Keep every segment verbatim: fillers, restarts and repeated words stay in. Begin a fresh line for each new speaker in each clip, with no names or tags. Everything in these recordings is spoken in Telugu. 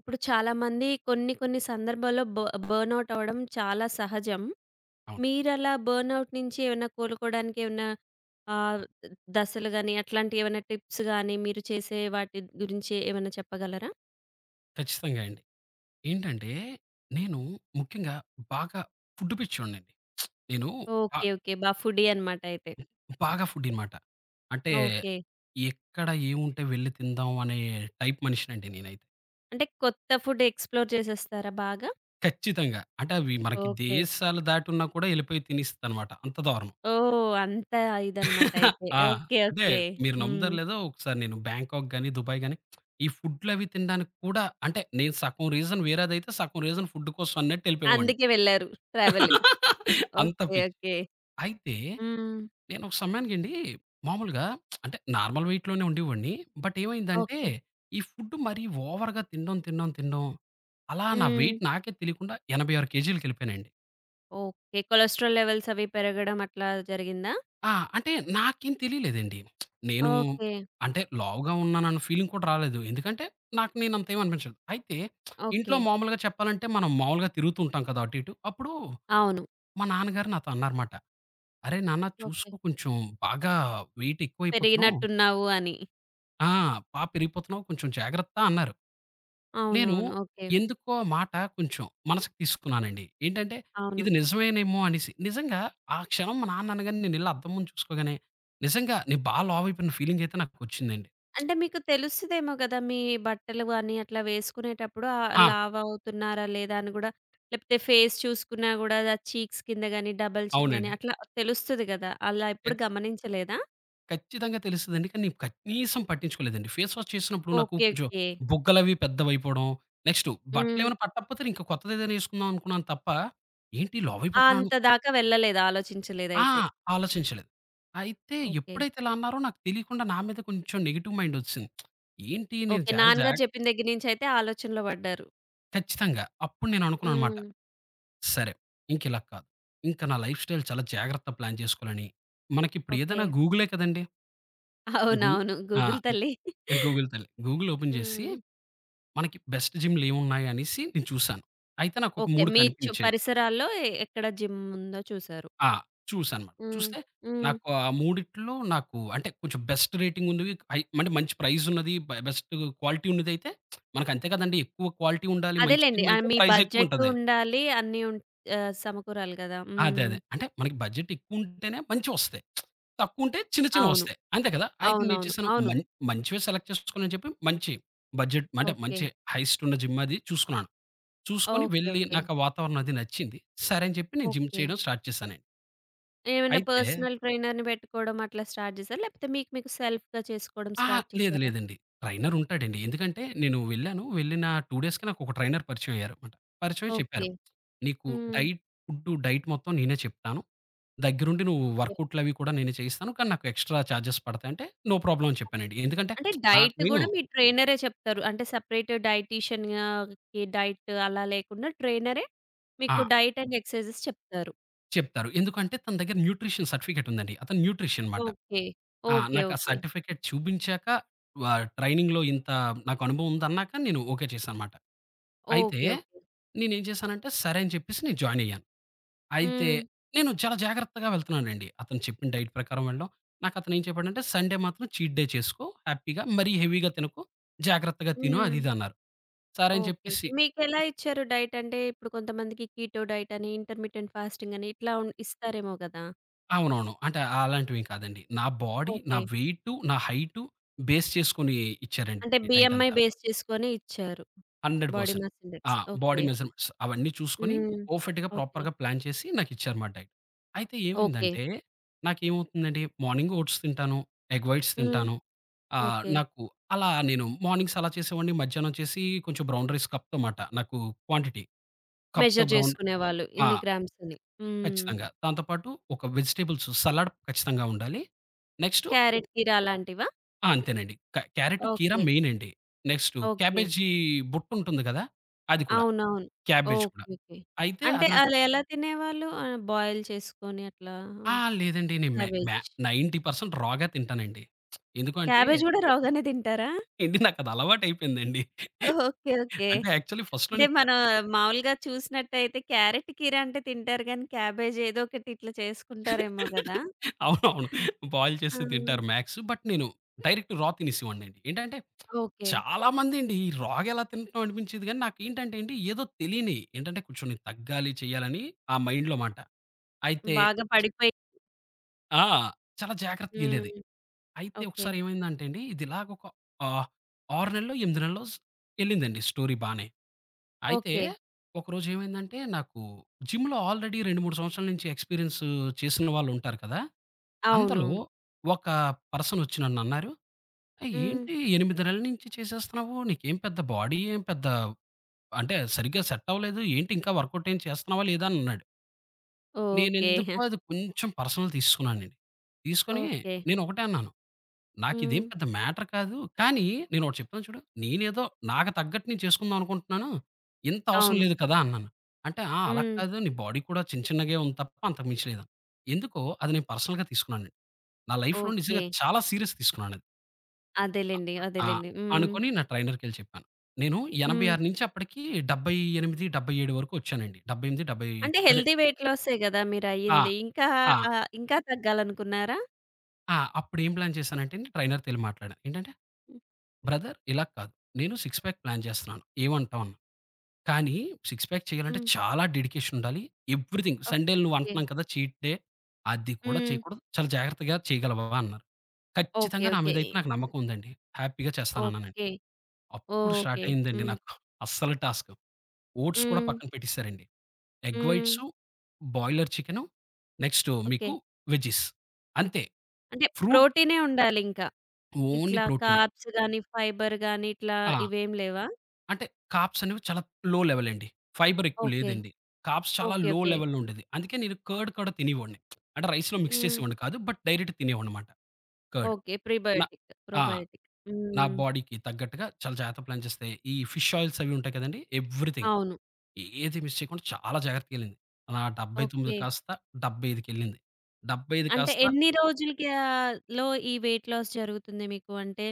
ఇప్పుడు చాలామంది కొన్ని కొన్ని సందర్భాల్లో బ బర్న్‌ఔట్ అవ్వడం చాలా సహజం.
అవును.
మీరలా బర్న్‌ఔట్ నుంచి ఏమైనా కోలుకోవడానికి ఏమైనా ఆహ్, దశలు గాని, అట్లాంటివి ఏమైనా టిప్స్ గాని, మీరు చేసే వాటి గురించి ఏమైనా చెప్పగలరా?
ఖచ్చితంగా అండి. ఏంటంటే, నేను ముఖ్యంగా బాగా ఫుడ్ పిచ్చోడినండి. నేను బా
ఓకే. ఓకే. బా ఫుడీ అనమాట అయితే.
బాగా ఫుడ్డీ మాట. అంటే,
ఓకే.
ఎక్కడ ఏముంటే వెళ్లి తిందాం అనే టైప్ మనిషినండి నేనైతే.
అంటే కొత్త ఫుడ్ ఎక్స్‌ప్లోర్ చేసేస్తారా బాగా?
ఖచ్చితంగా. అంటే, అవి మనకి
ఓకే.
దేశాలు దాటున్నా కూడా ఎళ్ళిపోయి తినేస్తనమాట. అంత దారుణం.
ఓహ్! అంత ఇదనమాట అయితే.
ఆ!
ఓకే.
అంటే,
ఓకే.
మీరు
హ్మ్.
నమ్ముతారో లేదో ఒకసారి నేను బ్యాంకాక్ గాని, దుబాయ్ గాని ఈ ఫుడ్‌లవి తినడానికి కూడా అంటే, నేను సగం రీజన్ వేరేదైతే, సగం రీజన్ ఫుడ్ కోసం అన్నట్టెళ్ళిపోయేవాడిని.
అందుకే వెళ్లారు ట్రావెల్.
అంత
ఓకే.
పిచ్చి.
ఓకే.
అయితే
హ్మ్.
నేను ఒక సమయానికండి మామూలుగా అంటే నార్మల్ వెయిట్‌లోనే ఉండేవాడిని. బట్ ఏమైందంటే,
ఓకే.
ఈ ఫుడ్ మరీ ఓవర్‌గా తినడం, తినడం, తినడం అలా నా
హ్మ్.
వెయిట్ నాకే తెలియకుండా ఎనభై ఆరు కేజీలకెళ్ళిపోయానండి.
ఓకే. కొలెస్టరాల్ లెవెల్స్ అవి పెరగడం అట్లా జరిగిందా?
ఆ! అంటే నాకేం తెలియలేదండి. నేను
ఓకే.
అంటే లావుగా ఉన్నానన్న ఫీలింగ్ కూడా రాలేదు. ఎందుకంటే, నాకు నేను అంత ఏమి అనిపించలేదు. అయితే
ఓకే.
ఇంట్లో మామూలుగా చెప్పాలంటే మనం మామూలుగా తిరుగుతూ ఉంటాం కదా! అటు ఇటు. అప్పుడు
అవును.
మా నాన్నగారు నాతో అన్నారన్నమాట. "అరేయ్ నాన్న
ఓకే.
చూసుకో కొంచెం బాగా వెయిట్ ఎక్కువైపోతున్నావు."
పెరిగినట్టున్నావు అని.
ఆ! "బా పెరిగిపోతున్నావు. కొంచెం జాగ్రత్త" అన్నారు. నేను
అవునవును. ఓకే.
ఎందుకో మాట కొంచెం మనసుకు తీసుకున్నానండి. ఏంటంటే
అవును.
ఇది నిజమేనేమో అనేసి. నిజంగా ఆ క్షణం మా నాన్న అనగానే నేనెళ్ళి అద్దం ముందు చూసుకోగానే నిజంగా నేను బా లావు అయిపోయిన ఫీలింగ్ అయితే నాకొచ్చిందండి.
అంటే మీకు తెలుస్తదేమో గదా! మీ బట్టలు గాని అట్లా వేసుకునేటప్పుడు ఆహ్,
ఆ!
లావు అవుతున్నారా లేదా అని గూడా లేపోతే ఫేస్ చూసుకున్నా గూడా ఆ చీక్స్ కింద గాని, డబుల్ చిన్ గాని
అవునండి.
అట్లా తెలుస్తది గదా! అలా
ఖ
ఎప్పుడు గమనించలేదా?
ఖచ్చితంగా తెలుస్తదండి. కానీ నేను కనీసం పట్టించుకోలేదండి. ఫేస్ వాష్ చేసినప్పుడు నాకు
ఓకే.
కొంచెం
ఓకే.
బుగ్గలవి పెద్దవైపోవడం, నెక్స్ట్
హ్మ్.
బట్టలేమైనా పట్టకపోతే ఇంకా కొత్తదేదైనా ఏసుకుందాం అనుకున్నాను తప్ప, ఏంటి లావయిపోతున్నాను
అంత దాకా వెళ్ళలేదు.
ఆ!
ఆలోచించలేదయితే.
ఆలోచించలేదు. అయితే
ఓకే.
ఎప్పుడైతే ఇలా అన్నారో నాకు తెలియకుండా నా మీద కొంచెం నెగెటివ్ మైండ్ ఒచ్చేసింది. ఏంటి నేను
ఓకే.
చాలా
నాన్నగారు
జాగ్
చెప్పిన దగ్గర నుంచయితే ఆలోచనలో పడ్డారు.
ఖచ్చితంగా. అప్పుడు నేను అనుకున్నాననమాట.
హ్మ్.
సరే ఇంకిలా కాదు. ఇంక నా లైఫ్ స్టైల్ చాలా జాగ్రత్త ప్లాన్ చేసుకోవాలని, మనకిప్పుడు
ఓకే.
ఏదైనా గూగులే కదండీ! గూ
అవునవును.
ఆ!
గూగుల్ తల్లి.
గూగుల్ తల్లి. గూగుల్ ఓపెన్ చేసి
హ్మ్.
మనకి బెస్ట్ జిమ్‌లేమున్నాయనేసి నేను చూసాను. అయితే నాకొక
ఓకే.
మూడు
మీ చు
కనిపించాయి.
పరిసరాల్లో ఎ ఎక్కడ జిమ్ ఉందో చూసారు.
ఆ! చూసానమాట.
హ్మ్.
చూస్తే
హ్మ్.
నాకు ఆ మూడిట్లో నాకు అంటే కొంచెం బెస్ట్ రేటింగ్ ఉన్నవి అయి అంటే మంచి ప్రైజ్ ఉన్నది, బ బెస్ట్ క్వాలిటీ ఉన్నదైతే మనకంతే కదండీ! ఎక్కువ క్వాలిటీ ఉండాలి. మంచి
అదేలెండి.
సినిమా
ఆహ్,
అయితే
మీ
ప్రైజ్
బడ్జెట్
ఎక్కువుంటది.
ఉండాలి. అన్నీ ఉన్ ఆహ్, సమకూరాలి కదా!
అదే.
హ్మ్.
అదే. అంటే మనకి బడ్జెట్ ఎక్కువుంటేనే మంచివొస్తాయి. తక్కువుంటే చిన్న
అవును.
చిన్నవొస్తాయి. అంతే కదా! అయితే నేను
అవునవును.
చేశాను
అవును.
మన్ మంచివే సెలెక్ట్ చేసుకోవాలని చెప్పి మంచి బడ్జెట్ అంటే
ఓకే.
మంచి హైయెస్ట్ ఉన్న జిమ్ అది చూసుకున్నాను. చూసుకొని
ఓకే.
వెళ్లి
ఓకే.
నాకు ఆ వాతావరణం అది నచ్చింది. సరే అని చెప్పి నేను జిమ్
ఓకే.
చేయడం స్టార్ట్ చేశానండి.
ఏమైనా
అయితే
పర్సనల్ ట్రైనర్‌ని పెట్టుకోవడం అట్లా స్టార్ట్ చేసారా? లేకపోతే మీకు మీకు సెల్ఫ్‌గా చేసుకోవడం
ఆ!
స్టార్ట్
లేదు
చేసారా?
లేదండి. ట్రైనర్ ఉంటాడండి. ఎందుకంటే నేను వెళ్ళాను. వెళ్ళిన రెండు డేస్‌కి నాకు ఒక ట్రైనర్ పరిచయం అయ్యారనమాట. పరిచయం అయ్యి
ఓకే.
చెప్పారు. "నీకు
హ్మ్.
డైట్ ఫుడ్ డైట్ మొత్తం నేనే చెప్తాను. దగ్గరుండి నువ్వు
ఓకే.
వర్కౌట్‌లవి కూడా నేనే చేయిస్తాను. కానీ నాకు ఎక్స్‌ట్రా చార్జెస్ పడతాయి" అంటే నో ప్రాబ్లమ్ అని చెప్పానండి. ఎందుకంటే
అంటే
నాకు
డైట్
నేను
గూడా మీ ట్రైనరే చెప్తారు. అంటే సెపరేట్ డైటీషియన్‌కి డైట్ అలా లేకుండా ట్రైనరే
ఆ!
మీకు డైట్ అండ్ ఎక్సర్‌సైజెస్ చెప్తారు.
చెప్తారు. ఎందుకంటే తన దగ్గర న్యూట్రిషన్ సర్టిఫికేట్ ఉందండి. అతను న్యూట్రిషన్ మాట.
ఓకే.
ఆ!
ఓకే.
నాకు ఆ
ఓకే.
సర్టిఫికేట్ చూపించాక ఆహ్, ట్రైనింగ్‌లో ఇంత నాకు అనుభవం ఉందన్నాక నేను ఓకే చేశాననమాట. అయితే
ఓకే. ఓకే.
నేనేం చేశానంటే, సరే అని చెప్పేసి నేను జాయిన్ అయ్యాను. అయితే
హ్మ్.
నేను చాలా జాగ్రత్తగా వెళ్తున్నానండి. అతను చెప్పిన డైట్ ప్రకారం వెళ్ళడం. నాకు అతను ఏం చెప్పాడంటే, "సండే మాత్రం చీట్ డే చేసుకో హ్యాపీగా. మరీ హెవీగా తినకు. జాగ్రత్తగా తిను"
హ్మ్.
అది ఇది అన్నారు. సరే అని
ఓకే. ఓకే.
చెప్పేసి
మీకెలా ఇచ్చారు డైట్? అంటే ఇప్పుడు కొంతమందికి కీటో డైట్ అని, ఇంటర్మిటెంట్ ఫాస్టింగ్ అని ఇట్లా ఉన్ ఇస్తారేమో గదా!
అవునవును. అంటే అలాంటివేం కాదండి. నా బాడీ, నా
ఓకే.
వెయిటు, నా హైటు బేస్ చేసుకొని
అంటే
ఇచ్చారండి డైట్
బీఎంఐ
అంతా.
బేస్ చేసుకొని ఇచ్చారు. బాడీ
వంద శాతం
మాస్
ఆ!
ఇండెక్స్. ఓకే.
బాడీ మెజర్‌మెంట్స్ అవన్నీ చూసుకొని
హ్మ్.
పర్ఫెక్ట్‌గా,
ఓకే.
ప్రాపర్‌గా ప్లాన్ చేసి నాకిచ్చారు మా డైట్. అయితే
ఓకే.
ఏమైందంటే, నాకేమవుతుందండి మార్నింగ్ ఓట్స్ తింటాను, ఎగ్ వైట్స్
హ్మ్.
తింటాను. ఆహ్,
ఓకే.
నాకు అలా నేను మార్నింగ్స్ అలా చేసేవాడిని. మధ్యాహ్నం వచ్చేసి కొంచెం బ్రౌన్ రైస్ కప్‌తో మాట నాకు క్వాంటిటీ. కప్‌తో
మెజర్
బ్రౌన్
జేసుకునేవాళ్ళు.
ఆ!
ఇన్ని గ్రామ్స్ అని. హ్మ్.
ఖచ్చితంగా. దాంతో పాటు ఒక వెజిటబుల్స్ సలాడ్ ఖచ్చితంగా ఉండాలి. నెక్స్ట్
క్యారెట్ కీర అలాంటివా?
ఆ! అంతేనండి. క క్యారట్, కీర
ఓకే.
మెయిన్ అండి. Next
okay.
క్యాబేజీ బుట్టుంటుంది కదా! అది కూడా.
అవునవును.
క్యాబేజ్ కూడా.
ఓకే. ఓకే.
అయితే
అంటే
అది నాకు
అలా ఎలా తినేవాళ్ళు? ఆహ్, బాయిల్ చేసుకొని అట్లా
ఆ! లేదండి. నేను మ్యా మ్యా
క్యాబేజ్.
తొంభై శాతం రా‌గా తింటానండి. ఎందుకంటే
క్యాబేజ్ గూడా రావుగానే తింటారా?
ఏండి నాకది అలవాటయిపోయిందండి.
ఓకే. ఓకే.
అంటే యాక్చువల్లీ ఫస్ట్‌లో
అంటే
నేను చ
మనం మామూలుగా చూసినట్టయితే క్యారెట్ కీర అంటే తింటారు గానీ, క్యాబేజ్ ఏదో ఒకటి ఇట్లా చేసుకుంటారేమో గదా!
అవునవును. బాయిల్
ఆ!
చేసి తింటారు మ్యాక్స్. బట్ నేను డైరెక్ట్ రా తినేసేవాడినండి. ఏంటంటే
ఓకే.
చాలా మందండి ఈ రా‌గా ఎలా తింటున్నాం అనిపించేది గానీ నాకేంటంటే అండి ఏదో తెలియని ఏంటంటే కొంచెం నేను తగ్గాలి, చేయాలని ఆ మైండ్‌లో మాట. అయితే
బాగా పడిపోయి
ఆ! చాలా జాగ్రత్తగెళ్ళేది.
హ్మ్.
అయితే
ఓకే.
ఒకసారి ఏమైందంటే అండి, ఇది ఇలాగ ఒక ఆహ్, ఆరు నెల్లో, ఎనిమిది నెల్లో స్ ఎళ్ళిందండి స్టోరీ బానే. అయితే
ఓకే.
ఒకరోజు ఏమైందంటే, నాకు జిమ్‌లో ఆల్రెడీ రెండు, మూడు సంవత్సరాల నుంచి ఎక్స్‌పీరియన్స్ చేసిన వాళ్ళుంటారు కదా! అందులో
అవునవును.
ఒక పర్సన్ వచ్చి నన్నన్నారు, "ఏయ్!
హ్మ్.
ఏంటి ఎనిమిది నెలల నుంచి చేసేస్తున్నావు? నీకేం పెద్ద బాడీ ఏం పెద్ద అంటే సరిగ్గా సెట్ అవ్వలేదు. ఏంటి ఇంకా వర్కౌట్ ఏం చేస్తున్నావా లేదా?" అని అన్నాడు.
ఓకే.
నేనెందుకో అది కొంచెం పర్సనల్ తీసుకున్నానండి. తీసుకొని
ఓకే.
నేనొకటే అన్నాను. నాకిదేం
హ్మ్.
పెద్ద మ్యాటర్ కాదు. కానీ నేనొకటి చెప్తాను చూడు. నేనేదో నాకు తగ్గట్టు నేను చేసుకుందాం అనుకుంటున్నాను. ఇంత అవసరం
అవును.
లేదు కదా! అన్నాను. అంటే "ఆ! అలా
హ్మ్.
కాదు నీ బాడీ కూడా చిన్న చిన్నగే ఉంది తప్ప అంతకు మించి లేదన్నారు." ఎందుకో అది నేను పర్సనల్‌గా తీసుకున్నానండి. నా లైఫ్‌లో
ఓకే.
నిజంగా చాలా సీరియస్ తీసుకున్నానది.
అదేలెండి.
ఆహ్,
అదేలెండి. హ్మ్.
అనుకోని నా ట్రైనర్‌కెళ్ళి చెప్పాను. నేను
హ్మ్.
ఎనభై ఆరు నుంచి అప్పటికి డెబ్బై ఎనిమిది, డెబ్బై ఏడు వరకు వచ్చానండి. డెబ్బై ఎనిమిది, డెబ్బై
అంటే
అదే
హెల్తీ వెయిట్ లాసే గదా!
ఆ!
మీరయ్యింది. ఇంకా
ఆ!
ఆహ్, ఇంకా తగ్గాలనుకున్నారా?
ఆ! అప్పుడేం ప్లాన్ చేశానంటే ట్రైనర్‌తో ఎళ్లి మాట్లాడాను. ఏంటంటే "బ్రదర్ ఇలా కాదు. నేను సిక్స్ ప్యాక్ ప్లాన్ చేస్తున్నాను. ఏమంటావు?" అన్నా. కానీ సిక్స్ ప్యాక్ చేయాలంటే
హ్మ్.
చాలా డెడికేషన్ ఉండాలి. ఎవ్రీథింగ్ సండేలు నువ్వు
ఓకే.
అంటున్నాం కదా చీట్ డే. అది కూడా
హ్మ్.
చేయకూడదు. చాలా జాగ్రత్తగా చేయగలవా అన్నారు.
ఓకే.
ఖచ్చితంగా నా
ఓకే.
మీదైతే నాకు నమ్మకం ఉందండి. హ్యాపీగా చేస్తానన్నానండి.
ఓకే.
అప్పుడు స్టార్ట్
ఓకే.
అయిందండి
హ్మ్.
నాకు అస్సలు టాస్క్. ఓట్స్ కూడా
హ్మ్.
పక్కన పెట్టేసారండి. ఎగ్
హ్మ్.
Whites, boiler chicken, next
okay.
మీకు వెజ్జీస్ అంతే.
అంటే
ఫ్రూట్
ప్రోటీనే ఉండాలింకా.
ఓన్లీ
ఇట్లా
ప్రోటీనే.
కార్బ్స్ గాని, ఫైబర్ గాని ఇట్లా
ఆ!
ఇవేం లేవా?
అంటే కార్బ్స్ అనేవి చాలా లో లెవెల్ అండి. ఫైబర్ ఎక్కువ
ఓకే.
లేదండి. కార్బ్స్ చాలా
ఓకే.
లో
ఓకే.
లెవెల్‌లో ఉండేది. అందుకే నేను కర్డ్ కూడా తినేవాడిని. అంటే రైస్‌లో మిక్స్
హ్మ్.
చేసేవాడిని కాదు. బట్ డైరెక్ట్ తినేవాడినమాట కర్డ్.
ఓకే.
నా
ప్రీబయోటిక్,
ఆ!
ప్రోబయోటిక్.
నా
హ్మ్.
బాడీకి తగ్గట్టుగా చాలా జాగ్రత్త ప్లాన్ చేస్తే ఈ ఫిష్ ఆయిల్స్ అవి ఉంటాయి కదండీ! ఎవ్రీథింగ్
అవును.
ఏది మిస్ చేయకుండా చాలా జాగ్రత్తగెళ్ళింది. అలా డెబ్బై తొమ్మిది
ఓకే.
కాస్త 75కెళ్ళింది. డెబ్బై ఐదు
అంటే
కాస్త
ఎన్ని రోజులకి ఆహ్, లో ఈ వెయిట్ లాస్ జరుగుతుంది మీకు? అంటే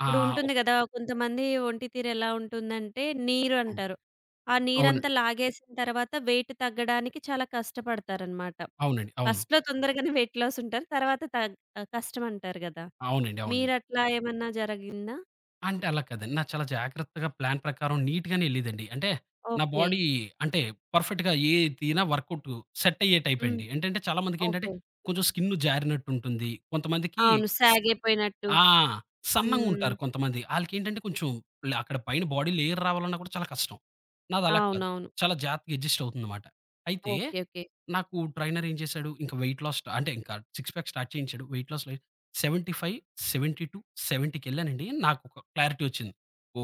ఇప్పుడు
ఆహ్, ఒక
ఉంటుంది గదా! కొంతమంది ఒంటి తీరు ఎలా ఉంటుందంటే నీరు
హ్మ్.
అంటారు. ఆ
అవునండి.
నీరంతా లాగేసిన తర్వాత వెయిట్ తగ్గడానికి చాలా కష్టపడతారనమాట.
అవునండి. అవును.
ఫస్ట్‌లో తొందరగానే వెయిట్ లాస్ ఉంటారు. తర్వాత తగ్ ఆహ్, కష్టం అంటారు గదా!
అవునండి. అవునండి.
మీరట్లా ఏమన్నా జరిగిందా?
అంటే అలా కాదండి. నా చాలా జాగ్రత్తగా ప్లాన్ ప్రకారం నీట్‌గానే ఎళ్ళేదండి. అంటే నా
ఓకే.
బాడీ అంటే పర్ఫెక్ట్‌గా ఏది తినా వర్కౌట్ సెట్ అయ్యే
హ్మ్.
టైపండి. ఏంటంటే చాలా మందికేంటంటే
ఓకే.
కొంచెం స్కిన్ జారినట్టుంటుంది. కొంతమందికి
అవును. సాగిపోయినట్టు.
ఆ!
హ్మ్.
సన్నంగుంటారు కొంతమంది. ఆళ్ళకేంటంటే కొంచెం లే అక్కడ పైన బాడీ లేయర్ రావాలన్నా కూడా చాలా కష్టం. నాది అలా కాదు.
అవునవును.
చాలా జాగ్రత్తగా అడ్జస్ట్ అవుతుందన్నమాట. అయితే
ఓకే. ఓకే.
నాకు ట్రైనర్ ఏం చేశాడు, ఇంక వెయిట్ లాస్ అంటే ఇంకా సిక్స్ ప్యాక్ స్టార్ట్ చేయించాడు. వెయిట్ లాస్ లై డెబ్బై ఐదు, డెబ్బై రెండు, డెబ్బై కెళ్ళానండి. నాకొక క్లారిటీ వచ్చింది.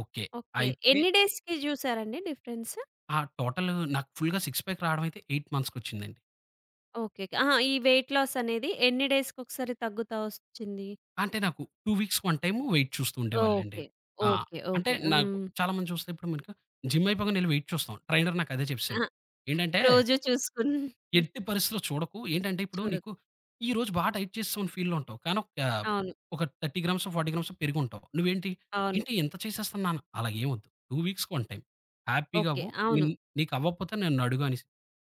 ఓకే.
ఓకే.
అయితే
ఎన్ని డేస్‌కి జూసారండి డిఫరెన్స్?
ఆ టోటల్ నాకు ఫుల్‌గా సిక్స్ ప్యాక్ రావడం అయితే ఎనిమిది మంత్స్‌కొచ్చిందండి.
ఓకే. ఓకే. ఆహా! ఈ వెయిట్ లాస్ అనేది ఎన్ని డేస్‌కొకసారి తగ్గుతా ఒచ్చింది?
అంటే నాకు రెండు వీక్స్ వన్ టైమ్ వెయిట్ చూస్తూ ఉండేవాళ్ళండి.
ఓకే.
ఆ!
ఓకే.
అంటే
ఓకే.
నాకు
హ్మ్.
చాలామంది చూస్తే ఇప్పుడు మనకు జిమ్ అయిపోగానే ఎళ్లి వెయిట్ చూస్తాం. ట్రైనర్ నాకు అదే చెప్పేసాడు.
అహా!
ఏంటంటే
రోజు చూసుకుని
ఎట్టి పరిస్థితిలో చూడకు. ఏంటంటే ఇప్పుడు
చూడకు.
నీకు ఈ రోజు బాగా డైట్ చేసేసావు అని ఫీల్‌లో ఉంటావు. కానీ ఒక,
అవును.
ఒక ముప్పై గ్రామ్సో, నలభై గ్రామ్సో పెరిగుంటావు. నువ్వేంటి,
అవును.
ఏంటి ఇంత చేసేస్తున్నాను నాన్న అలాగ ఏం వద్దు. రెండు వీక్స్‌కి వన్ టైమ్ హ్యాపీగా
ఓకే.
అవ్వు.
అవును.
నిన్ నీకు అవ్వకపోతే నన్ను అడుగు అనేసి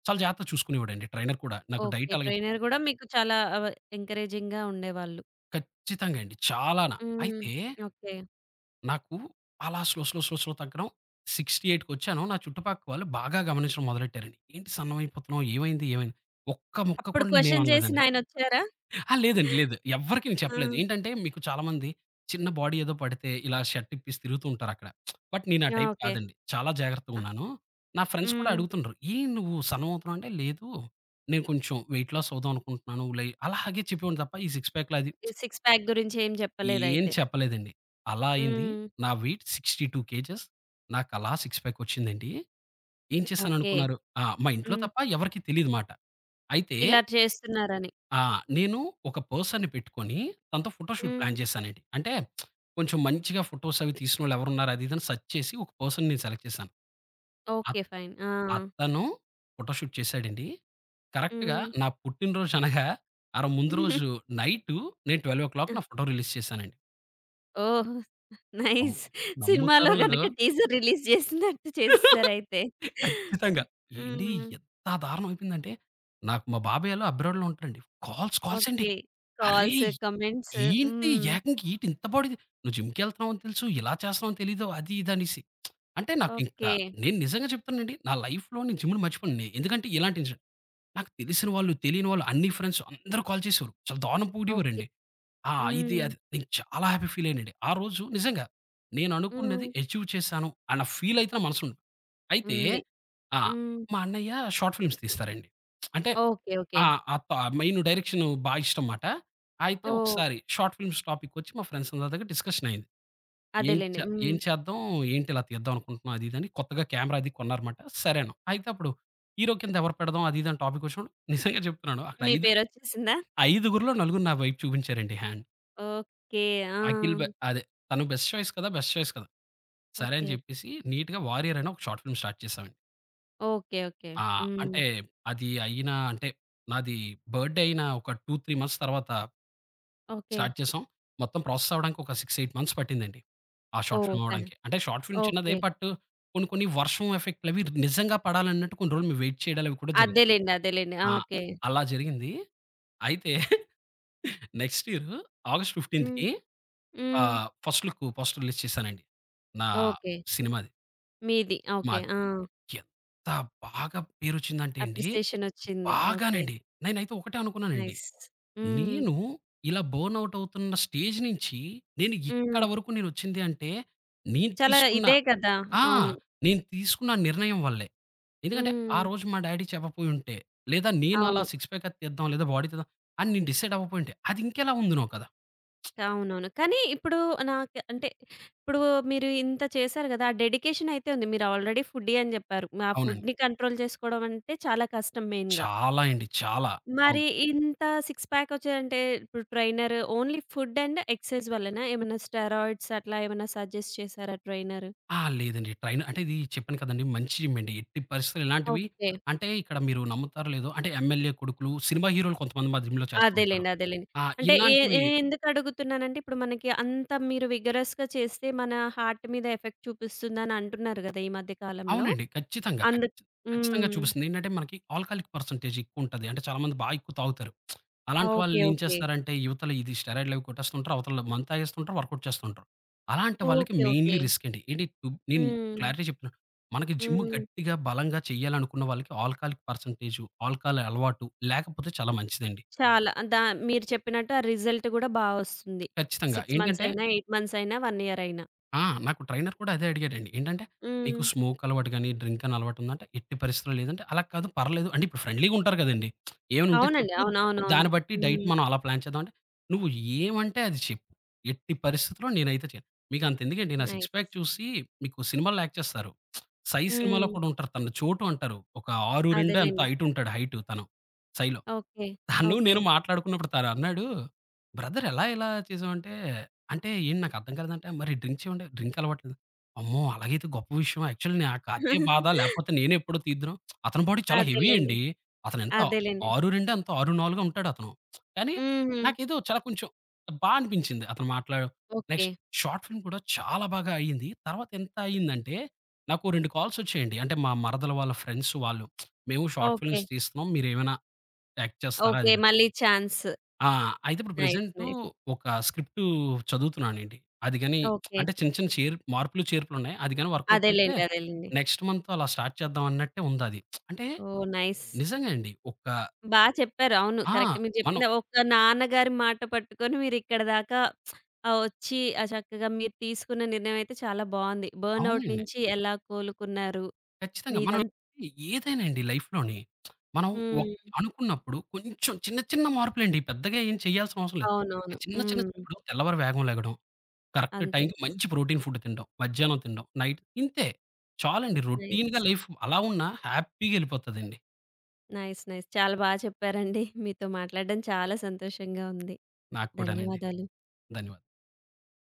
చాలా జాగ్రత్తగా చూసుకునేవాడండి ట్రైనర్ కూడా. నాకు
ఓకే.
డైట్ అలాగే
ట్రైనర్ గూడా మీకు చాలా ఆవ ఎంకరేజింగ్‌గా ఉండేవాళ్ళు.
ఖచ్చితంగా అండి చాలానా.
హ్మ్.
అయితే
ఓకే.
నాకు అలా స్లో, స్లో, స్లో, స్లో తగ్గడం 68కొచ్చాను. నా చుట్టుపక్క వాళ్ళు బాగా గమనించడం మొదలెట్టారండి. ఏంటి సన్నమైపోతున్నావు? ఏమైంది? ఏమైంది? ఒక్క ముక్క
అప్పుడు
కూడా నేనేం
క్వెషన్
అనలేదండి.
చేసిన ఆయనొచ్చారా?
ఆ! లేదండి. లేదు. ఎవ్వరికీ నేను
ఆ!
చెప్పలేదు. ఏంటంటే మీకు చాలామంది చిన్న బాడీ ఏదో పడితే ఇలా షర్ట్ ఇప్పేసి తిరుగుతూ ఉంటారక్కడ. బట్ నేను ఆ
ఆ!
Type
okay.
కాదండి. చాలా
ఆహ్,
జాగ్రత్తగున్నాను. నా ఫ్రెండ్స్ కూడా
హ్మ్.
అడుగుతుండ్రు. "ఏం నువ్వు సన్నమవుతున్నావు" అంటే, "లేదు నేను కొంచెం వెయిట్ లాస్ అవుదాం అనుకుంటున్నాను." లై అలాగే చెప్పేవాడిని తప్ప ఈ సిక్స్ ప్యాక్‌లు అది
ఈ సిక్స్ ప్యాక్ గురించి ఏం
ఏం
చెప్పలేదయితే.
చెప్పలేదండి. అలా అయింది.
హ్మ్.
నా వెయిట్ అరవై రెండు కేజెస్. నాకలా సిక్స్ ప్యాక్ వచ్చిందండి. ఏం
ఓకే.
చేశాననుకున్నారు? ఆ! మా ఇంట్లో
హ్మ్.
తప్ప ఎవరికీ తెలీదు మాట. అయితే
ఇలా చేస్తున్నారని.
ఆ! నేను ఒక పర్సన్‌ని పెట్టుకొని తనతో ఫోటో షూట్
హ్మ్.
ప్లాన్ చేశానండి. అంటే కొంచెం మంచిగా ఫోటోస్ అవి తీసినోళ్ళు ఎవరున్నారు అది ఇది అని సెర్చ్ చేసి ఒక పర్సన్‌ని నేను సెలెక్ట్ చేశాను.
ఓకే.
అత్
ఫైన్. ఆ!
అతను ఫోటో షూట్ చేశాడండి. కరెక్ట్‌గా
హ్మ్.
నా పుట్టినరోజు అనగా ఆర ముందు రోజు నైటు నేను
ఆ!
పన్నెండు నా ఫోటో రిలీజ్ చేశానండి.
ఓహ్!
నమ్
నైస్. సినిమాలో
నమ్ముతారో లేదో
గనక టీజర్ రిలీజ్ చేసినట్టు చేసేసారయితే.
ఖచ్చితంగా. ఏండి
హ్మ్.
ఎంత దారుణం అయిపోయిందంటే, నాకు మా బాబాయోళ్ళు అబ్రాడ్‌లో ఉంటారండి. కాల్స్ కాల్స్ అండి.
ఓకే. కాల్స్,
"అరేయ్!
కమెంట్స్.
ఏంటి
హ్మ్.
ఏకంగా ఏటి ఇంత బాడీ నువ్వు జిమ్‌కెళ్తున్నావని తెలుసు, ఇలా చేస్తున్నావని తెలీదు" అది ఇది అనేసి. అంటే నాకింకా
ఓకే.
నేను నిజంగా చెప్తానండి. నా లైఫ్‌లో నేను జిమ్‌ని మర్చిపోను. ఎందుకంటే ఇలాంటి ఇన్సిడెంట్. నాకు తెలిసిన వాళ్ళు, తెలియని వాళ్ళు అన్ని ఫ్రెండ్స్ అందరూ కాల్ చేసేవారు. చాలా దారుణం
ఓకే.
పొగిడేవారండి. ఆ! ఇది
హ్మ్.
అది. నేను చాలా హ్యాపీ ఫీల్ అయ్యానండి. ఆ రోజు నిజంగా నేను అనుకున్నది
హ్మ్.
అచీవ్ చేశాను అన్న ఫీల్ అయితే నా మనసుంది. అయితే
ఉంది.
ఆ!
హ్మ్.
మా అన్నయ్య షార్ట్ ఫిల్మ్స్ తీస్తారండి. అంటే
ఓకే. ఓకే.
ఆ! ఆ త మెయిన్ డైరెక్షన్ బా ఇష్టం మాట. అయితే
ఓహ్!
ఒకసారి షార్ట్ ఫిల్మ్స్ టాపికొచ్చి మా ఫ్రెండ్స్ అందరి దగ్గర డిస్కషన్ అయింది. ఏం
అదేలెండి.
చే
హ్మ్.
ఏం చేద్దాం? ఏంటి ఇలా తీద్దాం అనుకుంటున్నాం అది ఇది అని కొత్తగా కెమెరా అది కొన్నారమాట. సరే అన్నాం. అయితే అప్పుడు హీరో కింద ఎవరు పెడదాం అది ఇది అని టాపిక్ వచ్చినప్పుడు నిజంగా చెప్తున్నాను. అక్కడ
మీ
ఐదు
పేరొచ్చేసిందా?
ఐదుగురిలో నలుగురు నా వైపు చూపించారండి హ్యాండ్.
ఓకే. ఆ!
అఖిల్ బె అదే. తను బెస్ట్ చాయిస్ కదా! బెస్ట్ చాయిస్ కదా! సరే అని
ఓకే.
చెప్పేసి నీట్‌గా 'వారియర్' అని ఒక షార్ట్ ఫిల్మ్ స్టార్ట్ చేశామండి.
ఓకే. ఓకే.
ఆ!
హ్మ్.
అంటే అది అయిన అంటే నాది బర్త్‌డే అయిన ఒక రెండు, మూడు మంత్స్ తర్వాత
ఓకే.
స్టార్ట్ చేసాం. మొత్తం ప్రాసెస్ అవ్వడానికి ఒక ఆరు, ఎనిమిది మంత్స్ పట్టిందండి. ఆ షార్ట్
ఓహ్!
ఫిల్మ్
థా
అవ్వడానికి. అంటే షార్ట్ ఫిల్మ్ చిన్నదే
ఓకే.
బట్ కొన్ని కొన్ని వర్షం ఎఫెక్ట్‌లవి నిజంగా పడాలన్నట్టు కొన్ని రోజులు మేము వెయిట్ చేయడాలు అవి కూడా జరిగాయి.
అదేలెండి. అదేలెండి. ఆ!
ఆ!
ఓకే.
అలా జరిగింది. అయితే నెక్స్ట్ ఇయర్ ఆగస్ట్
హ్మ్.
పదిహేనుకి
హ్మ్.
ఆహ్, ఫస్ట్ లుక్ ఫస్ట్ రిలీజ్ చేశానండి. నా
ఓకే.
సినిమాది.
మీది. ఓకే.
మాది.
ఆ!
ఎంత బాగా పేరొచ్చిందంటే అండి,
అప్రిసియేషనొచ్చింది. ఓకే.
బాగానండి. నేనైతే ఒకటే అనుకున్నానండి.
నైస్. హ్మ్.
నేను ఇలా బర్న్ ఔట్ అవుతున్న స్టేజ్ నుంచి నేను
హ్మ్.
ఇక్కడ వరకు నేనొచ్చింది అంటే, నేను
చాలా
తీసుకున్న
ఇదే కదా!
ఆ!
అవును.
నేను తీసుకున్న నిర్ణయం వల్లే. ఎందుకంటే, ఆ
హ్మ్.
రోజు మా డ్యాడీ చెప్పపోయుంటే, లేదా నేను అలా
అవును.
సిక్స్ ప్యాక్ అది తెద్దాం, లేదా బాడీ తెద్దాం అని నేను డిసైడ్ అవ్వకపోయుంటే, అది ఇంకెలా ఉందునో కదా!
అవునవును. కానీ ఇప్పుడు నాకు అంటే ఇప్పుడు మీరు ఇంత చేశారు గదా! ఆ డెడికేషనయితే ఉంది. మీరు ఆల్రెడీ ఫుడ్డీ అని జెప్పారు. ఆ
అవునండి.
ఫుడ్‌ని కంట్రోల్ చేసుకోవడం అంటే చాలా కష్టం మెయిన్‌గా.
చాలా అండి. చాలా.
మరి
అవును.
ఇంత సిక్స్ ప్యాకొచ్చేదంటే ఇప్పుడు trainer only food and exercise వల్లనా? ఏమన్నా స్టెరాయిడ్స్ అట్లా ఏమన్నా సజెస్ట్ చేసారా ట్రైనరు?
ఆ! లేదండి. ట్రైన్ అంటే ఇది చెప్పాను కదండీ మంచి జిమ్ అండి. ఎట్టి పరిస్థితుల్లో ఇలాంటివి
ఓకే.
అంటే ఇక్కడ మీరు నమ్ముతారో లేదో అంటే ఎమ్మెల్యే కొడుకులు, సినిమా హీరోలు కొంతమంది మా జిమ్‌లో చేస్తూ ఉంటారు.
అదేలెండి. అదేలెండి.
ఆ!
అంటే ఏ ఏ
ఇలాంటివి
ఎందుకడుగుతున్నానంటే, ఇప్పుడు మనకి అంత మీరు విగరస్‌గా చేస్తే మన హార్ట్ మీద ఎఫెక్ట్ చూపిస్తుందని అంటున్నారు గదా! ఈ మధ్య కాలంలో.
అవునండి. ఖచ్చితంగా.
అందు
ఖచ్చి ఖచ్చితంగా
హ్మ్.
చూపిస్తుంది. ఏంటంటే మనకి ఆల్కహాలిక్ పర్సెంటేజ్ ఎక్కువుంటది. అంటే చాలామంది బా ఎక్కువ తాగుతారు. అలాంటి
ఓకే.
వాళ్ళేం
ఓకే.
చేస్తారంటే యువతల ఇది స్టెరాయిడ్‌లవి కొట్టేస్తుంటారు. అవతల మందు తాగేస్తుంటారు. వర్కౌట్ చేస్తుంటారు. అలాంటి వాళ్ళకి
ఓకే. ఓకే.
మెయిన్‌లీ రిస్క్ అండి. ఏంటి టుబ్ నేను
హ్మ్.
క్లారిటీ చెప్తున్నా. మనకి జిమ్
హ్మ్.
గట్టిగా, బలంగా చెయ్యాలనుకున్న వాళ్ళకి ఆల్కహాలిక్ పర్సెంటేజు, ఆల్కహాల్ అలవాటు లేకపోతే చాలా మంచిదండి.
చాలా దా మీరు చెప్పినట్టు ఆ రిజల్ట్ గూడా బా ఒస్తుంది.
ఖచ్చితంగా.
ఆరు మంత్స్
ఏంటంటే
అయినా, ఎనిమిది మంత్స్ అయినా, ఒక ఇయర్ అయినా.
ఆ! నాకు ట్రైనర్ కూడా అదే అడిగాడండి. ఏంటంటే,
హ్మ్.
"నీకు స్మోక్ అలవాటు గాని, డ్రింక్ అని అలవాటు ఉందా?" అంటే, "ఎట్టి పరిస్థితిలో లేదంటే" "అలా కాదు పర్లేదు" అంటే ఇప్పుడు ఫ్రెండ్లీగా ఉంటారు కదండీ! "ఏమైనా ఉంటే
అవునండి.
చెప్పు.
అవునవునవును.
దాన్ని బట్టి డైట్
హ్మ్.
మనం అలా ప్లాన్ చేద్దాం" అంటే, "నువ్వు ఏమంటే అది చెప్పు. ఎట్టి పరిస్థితిలో నేనైతే చేయను. మీకు అంతెందుకండి నా సిక్స్
నైస్.
ప్యాక్ చూసి మీకు సినిమాల్లో యాక్ట్ చేస్తారు. 'సై' సినిమాలో
హ్మ్.
కూడా ఉంటారు. తను 'చోటు' అంటారు. ఒక ఆరు'రెండు' ఎంతో
అదేలెండి.
హైట్ ఉంటాడు. హైట్ తను 'సై'లో.
ఓకే.
తను
ఓకే.
నేను మాట్లాడుకున్నప్పుడు తను అన్నాడు, "బ్రదర్ ఎలా ఇలా చేసావంటే" అంటే ఏంటి నాకు అర్థం కాలేదంటే, "మరి డ్రింక్ చేయండి డ్రింక్ అలవాటు లేదు." అమ్మో! అలాగైతే గొప్ప విషయం. యాక్చువల్లీ నాకు అదే బాధ లేకపోతే నేనే ఎప్పుడో తీద్దును. అతని బాడీ చాలా హెవీ
అదేలెండి.
అండి. అతను ఎంత
అదేలెండి.
ఆరు'రెండు" ఎంతో ఆరు'నాలుగు" ఉంటాడు అతను. కానీ
హుహు.
నాకేదో చాలా కొంచెం బా అనిపించింది అతను మాట్లాడడం.
ఓకే.
నెక్స్ట్ షార్ట్ ఫిల్మ్ కూడా చాలా బాగా అయింది. తర్వాత ఎంత అయిందంటే, నాకు రెండు కాల్స్ వచ్చాయండి. అంటే మా మరదలు వాళ్ళ ఫ్రెండ్స్ వాళ్ళు, "మేము షార్ట్
ఓకే.
ఫిల్మ్స్ తీస్తున్నాం. మీరేమైనా యాక్ట్ చేస్తారా?"
ఓకే.
అది ఇది
మళ్ళీ ఛాన్స్.
ఆ! అయితే ఇప్పుడు
నైస్.
Present
nice.
ఒక స్క్రిప్టు చదువుతున్నానండి. అది గాని
ఓకే.
అంటే చిన్న చిన్న చేర్ మార్పులు, చేర్పులున్నాయి. అది గాని వర్కౌట్ అయితే
అదేలెండి. అదేలెండి.
నెక్స్ట్ మంత్ అలా స్టార్ట్ చేద్దాం అన్నట్టే ఉందది. అంటే
ఓహ్! నైస్.
నిజంగా అండి. ఒక
బా చెప్పారు. అవును.
ఆ!
కరెక్ట్. మీరు
మనం
చెప్పింది ఒక నాన్నగారి మాట పట్టుకొని మీరిక్కడి దాకా ఆహ్, వచ్చి ఆహ్, చక్కగా మీరు తీసుకున్న నిర్ణయం అయితే చాలా బావుంది. బర్న్‌ఔట్
అవునండి.
నుంచి ఎలా కోలుకున్నారు.
ఖచ్చితంగా. మనం
మీదం
ఏదైనా అండి లైఫ్‌లోని మనం ఒక
హ్మ్.
అనుకున్నప్పుడు కొంచెం చిన్న చిన్న మార్పులండి. పెద్దగా ఏం చేయాల్సిన అవసరం లేదు. ఆ
అవునవును.
చిన్న చిన్న
హ్మ్.
ఇప్పుడు తెల్లవారి వేగం లెగడం, కరెక్ట్
అంతే.
టైంకి మంచి ప్రోటీన్ ఫుడ్ తినడం. మధ్యాహ్నం తినడం. నైట్ ఇంతే. చాలండి రొటీన్‌గా
నైస్.
లైఫ్ అలా ఉన్నా హ్యాపీగా ఎళ్ళిపోతదండి.
నైస్. నైస్. చాలా బా చెప్పారండి. మీతో మాట్లాడడం చాలా సంతోషంగా ఉంది.
నాకు కూడానండి.
ధన్యవాదాలు.
ధన్యవాదాలు.